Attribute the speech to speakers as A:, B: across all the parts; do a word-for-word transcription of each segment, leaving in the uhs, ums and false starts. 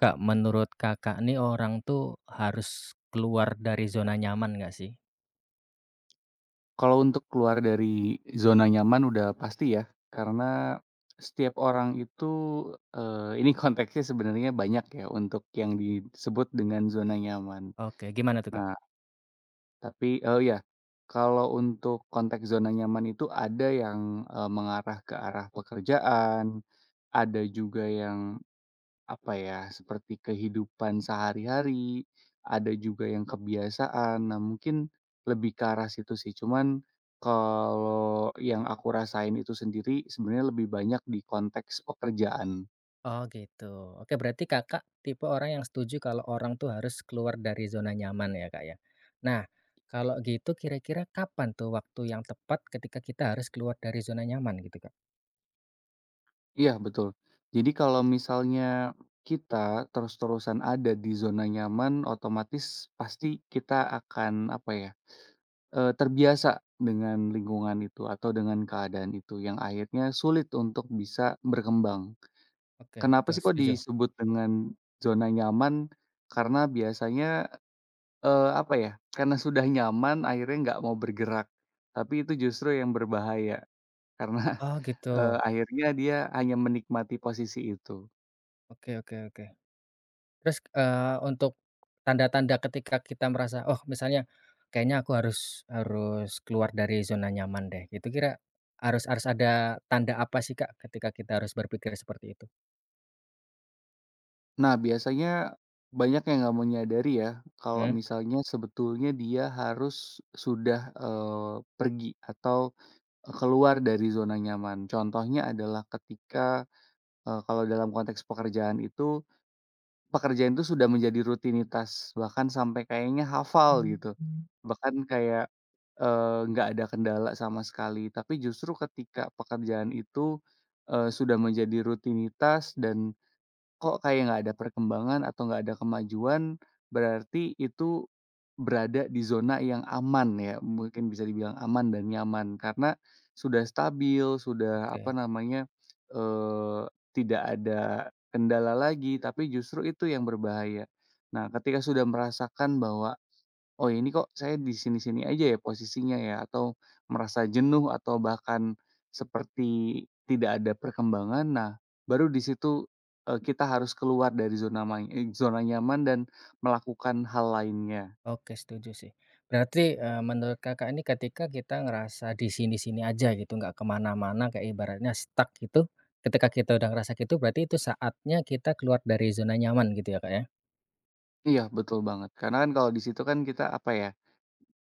A: Kak, menurut Kakak nih orang tuh harus keluar dari zona nyaman nggak sih?
B: Kalau untuk keluar dari zona nyaman udah pasti ya, karena setiap orang itu, eee, ini konteksnya sebenarnya banyak ya untuk yang disebut dengan zona nyaman.
A: Oke, gimana tuh, Kak?
B: Nah, tapi oh ya, kalau untuk konteks zona nyaman itu ada yang, eee, mengarah ke arah pekerjaan, ada juga yang apa ya, seperti kehidupan sehari-hari, ada juga yang kebiasaan. Nah, mungkin lebih ke arah situ sih, cuman kalau yang aku rasain itu sendiri sebenarnya lebih banyak di konteks pekerjaan.
A: Oh gitu. Oke berarti Kakak tipe orang yang setuju kalau orang tuh harus keluar dari zona nyaman ya, Kak, ya. Nah, kalau gitu kira-kira kapan tuh waktu yang tepat ketika kita harus keluar dari zona nyaman gitu, Kak?
B: Iya, betul. Jadi kalau misalnya kita terus-terusan ada di zona nyaman, otomatis pasti kita akan, apa ya, eee, terbiasa dengan lingkungan itu atau dengan keadaan itu yang akhirnya sulit untuk bisa berkembang.
A: Oke
B: Kenapa
A: betul
B: sih kok
A: setuju.
B: disebut dengan zona nyaman? Karena biasanya, eee, apa ya, karena sudah nyaman akhirnya nggak mau bergerak, tapi itu justru yang berbahaya karena,
A: Oh gitu.
B: eee, akhirnya dia hanya menikmati posisi itu.
A: Oke oke oke. Terus, eee, untuk tanda-tanda ketika kita merasa, oh misalnya kayaknya aku harus harus keluar dari zona nyaman deh, itu kira harus harus ada tanda apa sih Kak, ketika kita harus berpikir seperti itu?
B: Nah, biasanya banyak yang nggak menyadari ya, kalau
A: Mmm,
B: misalnya sebetulnya dia harus sudah, eee, pergi atau keluar dari zona nyaman. Contohnya adalah ketika, eee, kalau dalam konteks pekerjaan itu Pekerjaan itu sudah menjadi rutinitas, bahkan sampai kayaknya hafal gitu. Bahkan kayak, eee, nggak ada kendala sama sekali. Tapi justru ketika pekerjaan itu, eee, sudah menjadi rutinitas dan Kok kayak nggak ada perkembangan atau nggak ada kemajuan, berarti itu berada di zona yang aman ya, mungkin bisa dibilang aman dan nyaman. Karena sudah stabil, sudah apa
A: oke
B: namanya, eee, tidak ada kendala lagi, tapi justru itu yang berbahaya. Nah, ketika sudah merasakan bahwa, Oh, ini kok saya di sini-sini aja ya posisinya ya, atau merasa jenuh atau bahkan seperti tidak ada perkembangan. Nah, baru di situ, eee, kita harus keluar dari zona main eee, zona nyaman dan melakukan hal lainnya.
A: oke setuju sih. Berarti, eee, menurut Kakak ini ketika kita ngerasa di sini-sini aja gitu, nggak kemana-mana kayak ibaratnya stuck gitu, ketika kita udah ngerasa gitu berarti itu saatnya kita keluar dari zona nyaman gitu ya Kak ya?
B: Iya betul banget, karena kan kalau di situ kan kita apa ya,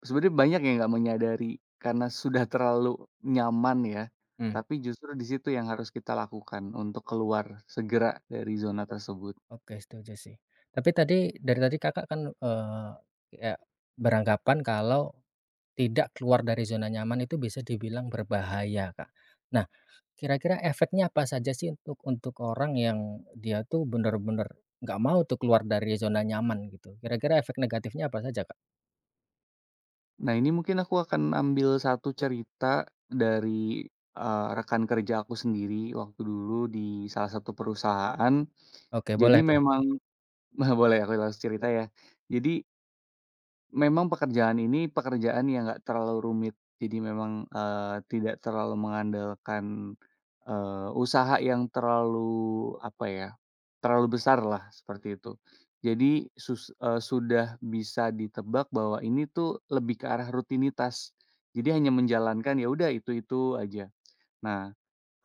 B: sebenarnya banyak yang nggak menyadari karena sudah terlalu nyaman ya,
A: Mmm.
B: tapi justru di situ yang harus kita lakukan untuk keluar segera dari zona tersebut.
A: Oke, setuju sih. Tapi tadi dari tadi Kakak kan, eee, ya beranggapan kalau tidak keluar dari zona nyaman itu bisa dibilang berbahaya, Kak. Nah, kira-kira efeknya apa saja sih untuk untuk orang yang dia tuh bener-bener nggak mau tuh keluar dari zona nyaman gitu? Kira-kira efek negatifnya apa saja, Kak?
B: Nah, ini mungkin aku akan ambil satu cerita dari, eee, rekan kerja aku sendiri waktu dulu di salah satu perusahaan.
A: Oke,
B: Jadi
A: boleh tuh.
B: memang, boleh aku langsung cerita ya. Jadi memang pekerjaan ini pekerjaan yang nggak terlalu rumit. Jadi memang, eee, tidak terlalu mengandalkan, eee, usaha yang terlalu, apa ya, terlalu besar lah seperti itu. Jadi sus eee, sudah bisa ditebak bahwa ini tuh lebih ke arah rutinitas. Jadi hanya menjalankan, ya udah itu-itu aja. Nah,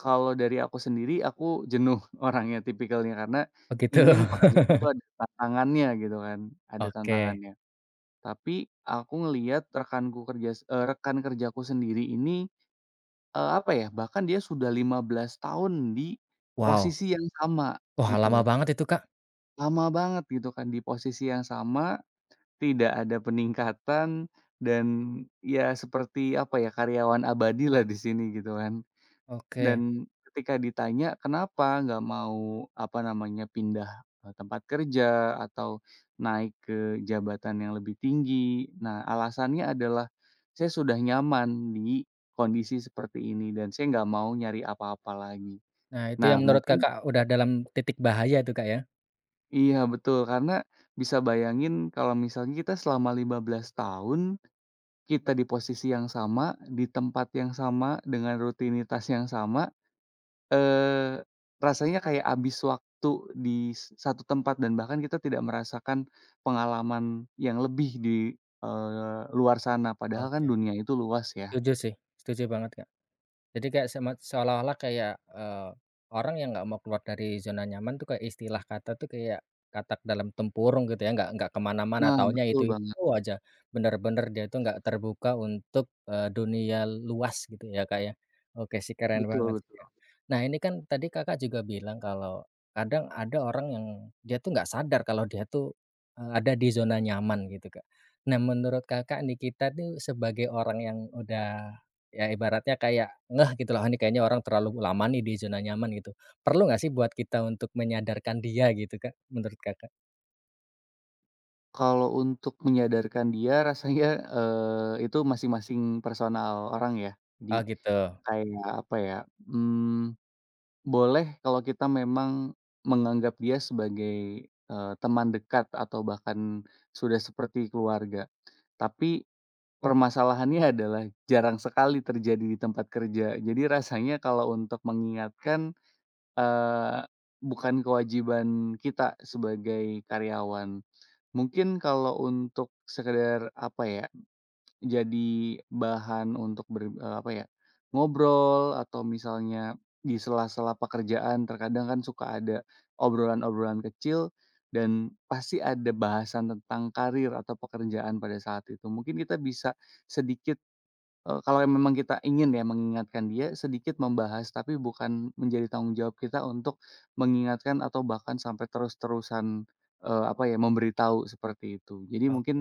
B: kalau dari aku sendiri, aku jenuh orangnya tipikalnya, karena
A: Begitu.
B: ingin pekerjaan itu ada tantangannya gitu kan, ada
A: Oke.
B: tantangannya. Tapi aku ngelihat rekanku kerja s eh, rekan kerjaku sendiri ini, eee, apa ya, bahkan dia sudah lima belas tahun di
A: Wow.
B: posisi yang sama
A: Wah,
B: gitu
A: lama
B: loh.
A: banget itu, Kak.
B: Lama banget gitu kan di posisi yang sama, tidak ada peningkatan dan ya seperti apa ya, karyawan abadi lah di sini gitu kan.
A: Oke.
B: Dan ketika ditanya kenapa nggak mau, apa namanya, pindah, eee, tempat kerja atau naik ke jabatan yang lebih tinggi. Nah, alasannya adalah, "Saya sudah nyaman di kondisi seperti ini dan saya nggak mau nyari apa-apa lagi."
A: Nah, itu yang
B: Nah,
A: menurut
B: mungkin, Mmm.
A: Kakak udah dalam titik bahaya itu, Kak, ya?
B: iya, betul, karena bisa bayangin kalau misalnya kita selama lima belas tahun, kita di posisi yang sama, di tempat yang sama, dengan rutinitas yang sama, Eee, rasanya kayak habis waktu di s satu tempat dan bahkan kita tidak merasakan pengalaman yang lebih di, eee, luar sana padahal kan
A: Oke.
B: dunia itu luas ya.
A: Setuju sih, setuju banget, Kak. Jadi kayak sema seolah-olah kayak, eee, orang yang nggak mau keluar dari zona nyaman tuh kayak istilah kata tuh kayak katak dalam tempurung gitu ya, nggak nggak kemana mana-mana,
B: Nah,
A: taunya
B: betul banget,
A: itu-itu aja. Bener-bener dia tuh nggak terbuka untuk, eee, dunia luas gitu ya, kayak oke sih, keren
B: betul
A: banget sih,
B: betul.
A: Kak. Nah ini kan tadi Kakak juga bilang kalau kadang ada orang yang dia tuh nggak sadar kalau dia tuh, eee, ada di zona nyaman gitu, Kak. Nah menurut Kakak nih, kita tuh sebagai orang yang udah ya ibaratnya kayak ngeh gitu loh, "Ah, ini kayaknya orang terlalu lama nih di zona nyaman," gitu. Perlu nggak sih buat kita untuk menyadarkan dia gitu, Kak, menurut Kakak?
B: Kalau untuk menyadarkan dia rasanya, eee, itu masing-masing personal orang ya.
A: Oh
B: Jadi
A: gitu,
B: kayak apa ya, mmm boleh kalau kita memang menganggap dia sebagai, eee, teman dekat atau bahkan sudah seperti keluarga. Tapi, oh, permasalahannya adalah jarang sekali terjadi di tempat kerja. Jadi rasanya kalau untuk mengingatkan, eee, bukan kewajiban kita sebagai karyawan. Mungkin kalau untuk sekedar apa ya, jadi bahan untuk ber eee, apa ya, ngobrol atau misalnya di sela-sela pekerjaan terkadang kan suka ada obrolan-obrolan kecil dan pasti ada bahasan tentang karir atau pekerjaan pada saat itu. Mungkin kita bisa sedikit, Eee, kalau memang kita ingin ya mengingatkan dia, sedikit membahas, tapi bukan menjadi tanggung jawab kita untuk mengingatkan atau bahkan sampai terus-terusan, eee, apa ya, memberitahu seperti itu. Jadi mungkin,
A: oke.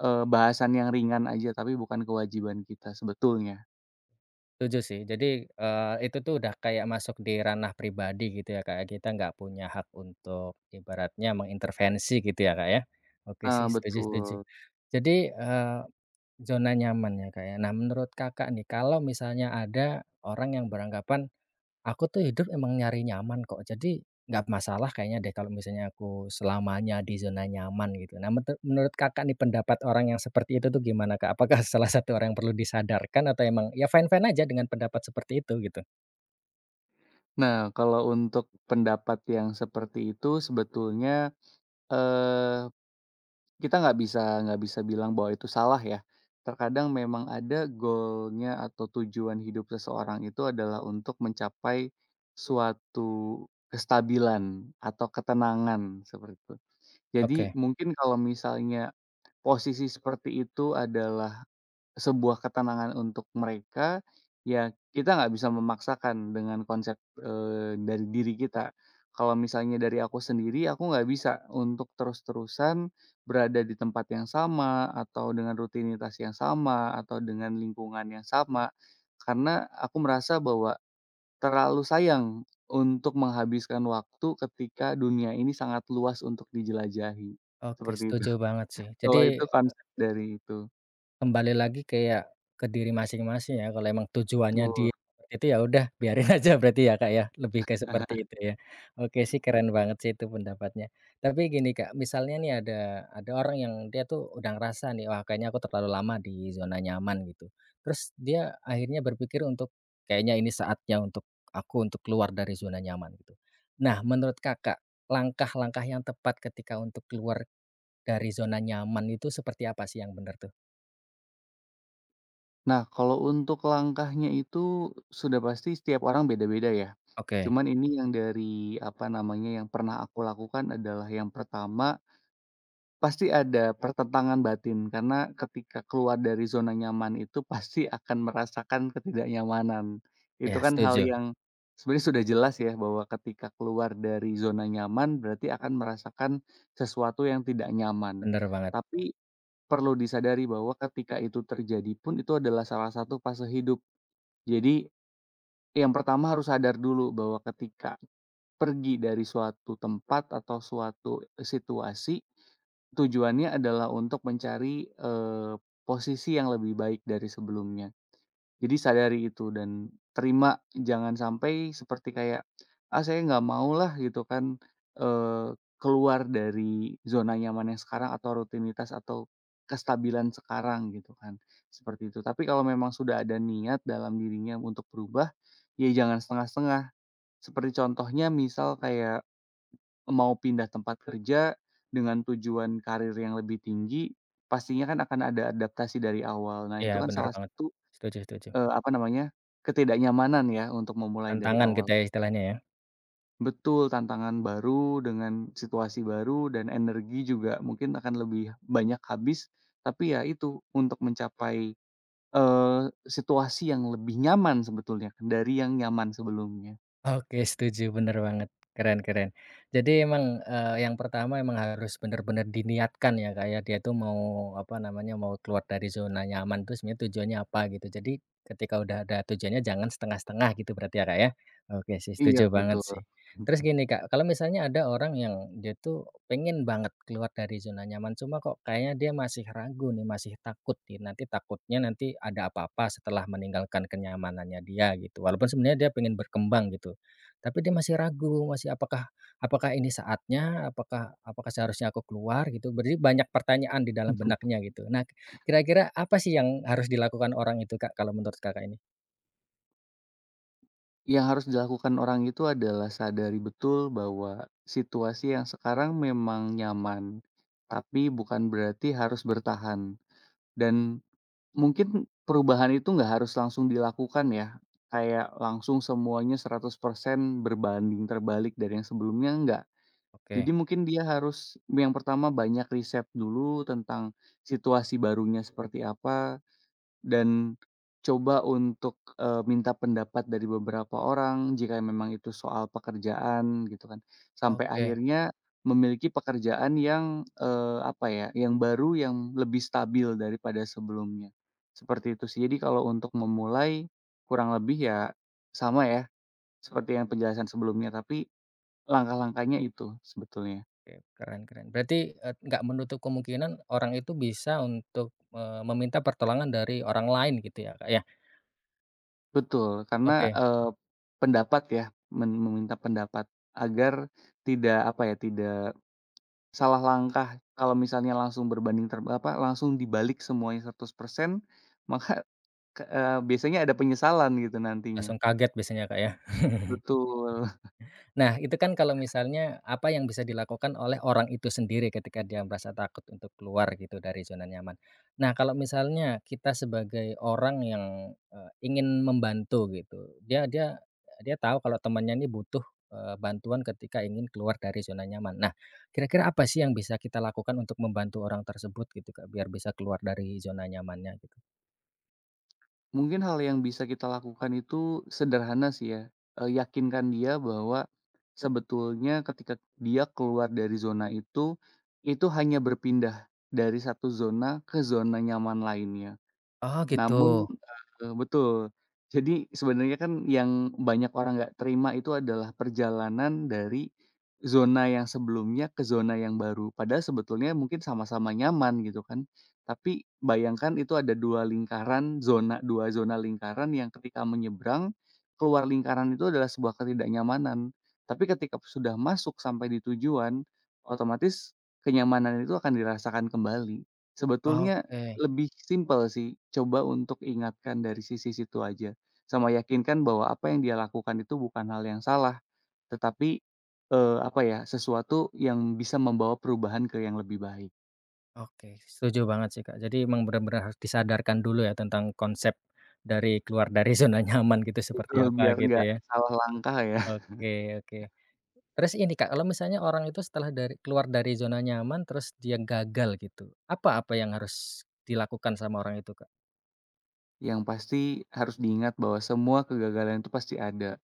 B: eee, bahasan yang ringan aja, tapi bukan kewajiban kita sebetulnya.
A: Setuju sih. Jadi, eee, itu tuh udah kayak masuk di ranah pribadi gitu ya, Kak, ya, kita nggak punya hak untuk ibaratnya mengintervensi gitu ya, Kak, ya? Oke sih,
B: Nah,
A: setuju setuju.
B: betul.
A: Jadi, eee, zona nyaman ya, Kak, ya. Nah menurut Kakak nih, kalau misalnya ada orang yang beranggapan aku tuh hidup emang nyari nyaman kok, jadi nggak masalah kayaknya deh kalau misalnya aku selamanya di zona nyaman gitu. Nah mentu menurut Kakak nih pendapat orang yang seperti itu tuh gimana Kak? Apakah salah satu orang yang perlu disadarkan atau emang ya fine-fine aja dengan pendapat seperti itu gitu?
B: Nah, kalau untuk pendapat yang seperti itu sebetulnya, eee kita nggak bisa nggak bisa bilang bahwa itu salah ya. Terkadang memang ada goalnya atau tujuan hidup seseorang itu adalah untuk mencapai suatu kestabilan atau ketenangan seperti itu. Jadi
A: Oke
B: mungkin kalau misalnya posisi seperti itu adalah sebuah ketenangan untuk mereka, ya kita nggak bisa memaksakan dengan konsep, eee, dari diri kita. Kalau misalnya dari aku sendiri, aku nggak bisa untuk terus-terusan berada di tempat yang sama, atau dengan rutinitas yang sama, atau dengan lingkungan yang sama, karena aku merasa bahwa terlalu sayang untuk menghabiskan waktu ketika dunia ini sangat luas untuk dijelajahi,
A: oke
B: seperti itu.
A: setuju banget sih. Jadi
B: Kalau itu konsep dari itu,
A: kembali lagi kayak ke diri masing-masing ya, kalau emang tujuannya
B: betul.
A: dia seperti itu ya udah biarin aja berarti ya, Kak, ya, lebih ke seperti itu ya. Oke sih keren banget sih itu pendapatnya. Tapi gini, Kak, misalnya nih ada ada orang yang dia tuh udah ngerasa nih, "Wah kayaknya aku terlalu lama di zona nyaman," gitu. Terus dia akhirnya berpikir untuk, "Kayaknya ini saatnya untuk aku untuk keluar dari zona nyaman," gitu. Nah menurut Kakak, langkah-langkah yang tepat ketika untuk keluar dari zona nyaman itu seperti apa sih yang benar tuh?
B: Nah, kalau untuk langkahnya itu sudah pasti setiap orang beda-beda ya.
A: Oke.
B: Cuman ini yang dari apa namanya, yang pernah aku lakukan adalah yang pertama, pasti ada pertentangan batin karena ketika keluar dari zona nyaman itu pasti akan merasakan ketidaknyamanan. Itu
A: Iya
B: kan hal
A: setuju,
B: yang sebenarnya sudah jelas ya bahwa ketika keluar dari zona nyaman berarti akan merasakan sesuatu yang tidak nyaman.
A: bener banget.
B: Tapi perlu disadari bahwa ketika itu terjadi pun itu adalah salah satu fase hidup. Jadi, yang pertama harus sadar dulu bahwa ketika pergi dari suatu tempat atau suatu, eh, situasi, tujuannya adalah untuk mencari, eee, posisi yang lebih baik dari sebelumnya. Jadi sadari itu dan terima, jangan sampai seperti kayak, "Ah, saya nggak mau lah gitu kan, eee, keluar dari zona nyaman yang sekarang atau rutinitas atau kestabilan sekarang gitu kan, seperti itu." Tapi kalau memang sudah ada niat dalam dirinya untuk berubah, ya jangan setengah-setengah. Seperti contohnya misal kayak mau pindah tempat kerja dengan tujuan karir yang lebih tinggi, pastinya kan akan ada adaptasi dari awal. Nah,
A: Iya
B: itu kan
A: bener
B: salah
A: banget.
B: satu,
A: Setuju setuju.
B: Eee, apa namanya, ketidaknyamanan ya untuk memulai dari
A: Tantangan
B: awal.
A: gitu ya istilahnya, ya?
B: Betul, tantangan baru dengan situasi baru dan energi juga mungkin akan lebih banyak habis, tapi ya itu untuk mencapai, eee, situasi yang lebih nyaman sebetulnya dari yang nyaman sebelumnya.
A: Oke, setuju, bener banget. Keren keren. Jadi emang, eee, yang pertama emang harus bener-bener diniatkan ya, kayak dia tuh mau, apa namanya, mau keluar dari zona nyaman tuh sebenarnya tujuannya apa gitu. Jadi ketika udah ada tujuannya jangan setengah-setengah gitu berarti ya, Kak, ya? Oke sih,
B: Iya
A: setuju banget
B: betul.
A: sih. Terus gini, Kak, kalau misalnya ada orang yang dia tuh pengen banget keluar dari zona nyaman, cuma kok kayaknya dia masih ragu nih, masih takut nih, nanti takutnya nanti ada apa-apa setelah meninggalkan kenyamanannya dia gitu, walaupun sebenarnya dia pengen berkembang gitu. Tapi dia masih ragu, masih apakah apakah ini saatnya, apakah apakah seharusnya aku keluar gitu, berarti banyak pertanyaan di dalam benaknya gitu. Nah, kira-kira apa sih yang harus dilakukan orang itu, Kak, kalau menurut Kakak ini?
B: Yang harus dilakukan orang itu adalah sadari betul bahwa situasi yang sekarang memang nyaman, tapi bukan berarti harus bertahan dan Mungkin perubahan itu nggak harus langsung dilakukan ya, kayak langsung semuanya seratus persen berbanding terbalik dari yang sebelumnya, enggak.
A: Oke
B: Jadi mungkin dia harus yang pertama banyak riset dulu tentang situasi barunya seperti apa, dan coba untuk, eee, minta pendapat dari beberapa orang jika memang itu soal pekerjaan gitu kan. Sampai
A: oke
B: akhirnya memiliki pekerjaan yang, eee, apa ya, yang baru yang lebih stabil daripada sebelumnya. Seperti itu sih. Jadi kalau untuk memulai kurang lebih ya sama ya seperti yang penjelasan sebelumnya, tapi langkah-langkahnya itu sebetulnya.
A: oke, keren keren. Berarti, eee, nggak menutup kemungkinan orang itu bisa untuk, eee, meminta pertolongan dari orang lain gitu ya, Kak, ya?
B: Betul, karena,
A: Oke,
B: eee, pendapat ya, men meminta pendapat agar tidak apa ya, tidak salah langkah kalau misalnya langsung berbanding ter apa, langsung dibalik semuanya seratus persen maka ke eee, biasanya ada penyesalan gitu
A: langsung
B: nantinya.
A: kaget biasanya, Kak, ya?
B: Betul.
A: Nah, itu kan kalau misalnya apa yang bisa dilakukan oleh orang itu sendiri ketika dia merasa takut untuk keluar gitu dari zona nyaman. Nah, kalau misalnya kita sebagai orang yang, eee, ingin membantu gitu, dia dia dia tahu kalau temannya ini butuh, eee, bantuan ketika ingin keluar dari zona nyaman. Nah, kira-kira apa sih yang bisa kita lakukan untuk membantu orang tersebut gitu, Kak, biar bisa keluar dari zona nyamannya gitu?
B: Mungkin hal yang bisa kita lakukan itu sederhana sih ya, eee, yakinkan dia bahwa sebetulnya ketika dia keluar dari zona itu, itu hanya berpindah dari satu zona ke zona nyaman lainnya.
A: Oh gitu,
B: Namun, eee, betul. Jadi sebenarnya kan yang banyak orang nggak terima itu adalah perjalanan dari zona yang sebelumnya ke zona yang baru. Padahal sebetulnya mungkin sama-sama nyaman gitu kan. Tapi bayangkan itu ada dua lingkaran zona, dua zona lingkaran yang ketika menyeberang, keluar lingkaran itu adalah sebuah ketidaknyamanan. Tapi ketika sudah masuk sampai di tujuan, otomatis kenyamanan itu akan dirasakan kembali. Sebetulnya
A: oke.
B: lebih simpel sih, coba untuk ingatkan dari sisi situ aja, sama yakinkan bahwa apa yang dia lakukan itu bukan hal yang salah, tetapi, eee, apa ya, sesuatu yang bisa membawa perubahan ke yang lebih baik,
A: Oke, setuju banget sih, Kak. Jadi emang benar-benar harus disadarkan dulu ya tentang konsep dari keluar dari zona nyaman gitu
B: gitu,
A: seperti apa
B: biar
A: gitu
B: nggak
A: ya.
B: salah langkah ya.
A: Oke oke. Terus ini, Kak, kalau misalnya orang itu setelah dari keluar dari zona nyaman terus dia gagal gitu, apa apa yang harus dilakukan sama orang itu, Kak?
B: Yang pasti harus diingat bahwa semua kegagalan itu pasti ada,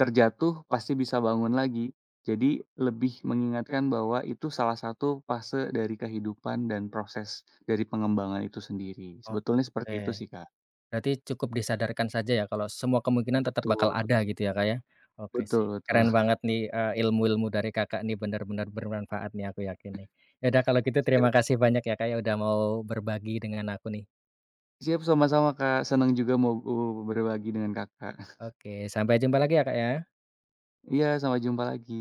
B: terjatuh pasti bisa bangun lagi. Jadi lebih mengingatkan bahwa itu salah satu fase dari kehidupan dan proses dari pengembangan itu sendiri, sebetulnya seperti itu
A: Oke.
B: sih, Kak.
A: Berarti cukup disadarkan saja ya kalau semua kemungkinan tetap
B: Betul,
A: bakal ada gitu ya, Kak, ya? Oke
B: betul
A: sih,
B: betul.
A: keren banget nih, eee, ilmu-ilmu dari Kakak nih benar-benar bermanfaat nih aku yakin nih. Ya udah kalau gitu terima
B: Siap
A: kasih banyak ya, Kak, ya udah mau berbagi dengan aku nih.
B: siap sama-sama Kak, senang juga mau berbagi dengan Kakak.
A: Oke, sampai jumpa lagi ya, Kak, ya.
B: Iya, sampai jumpa lagi.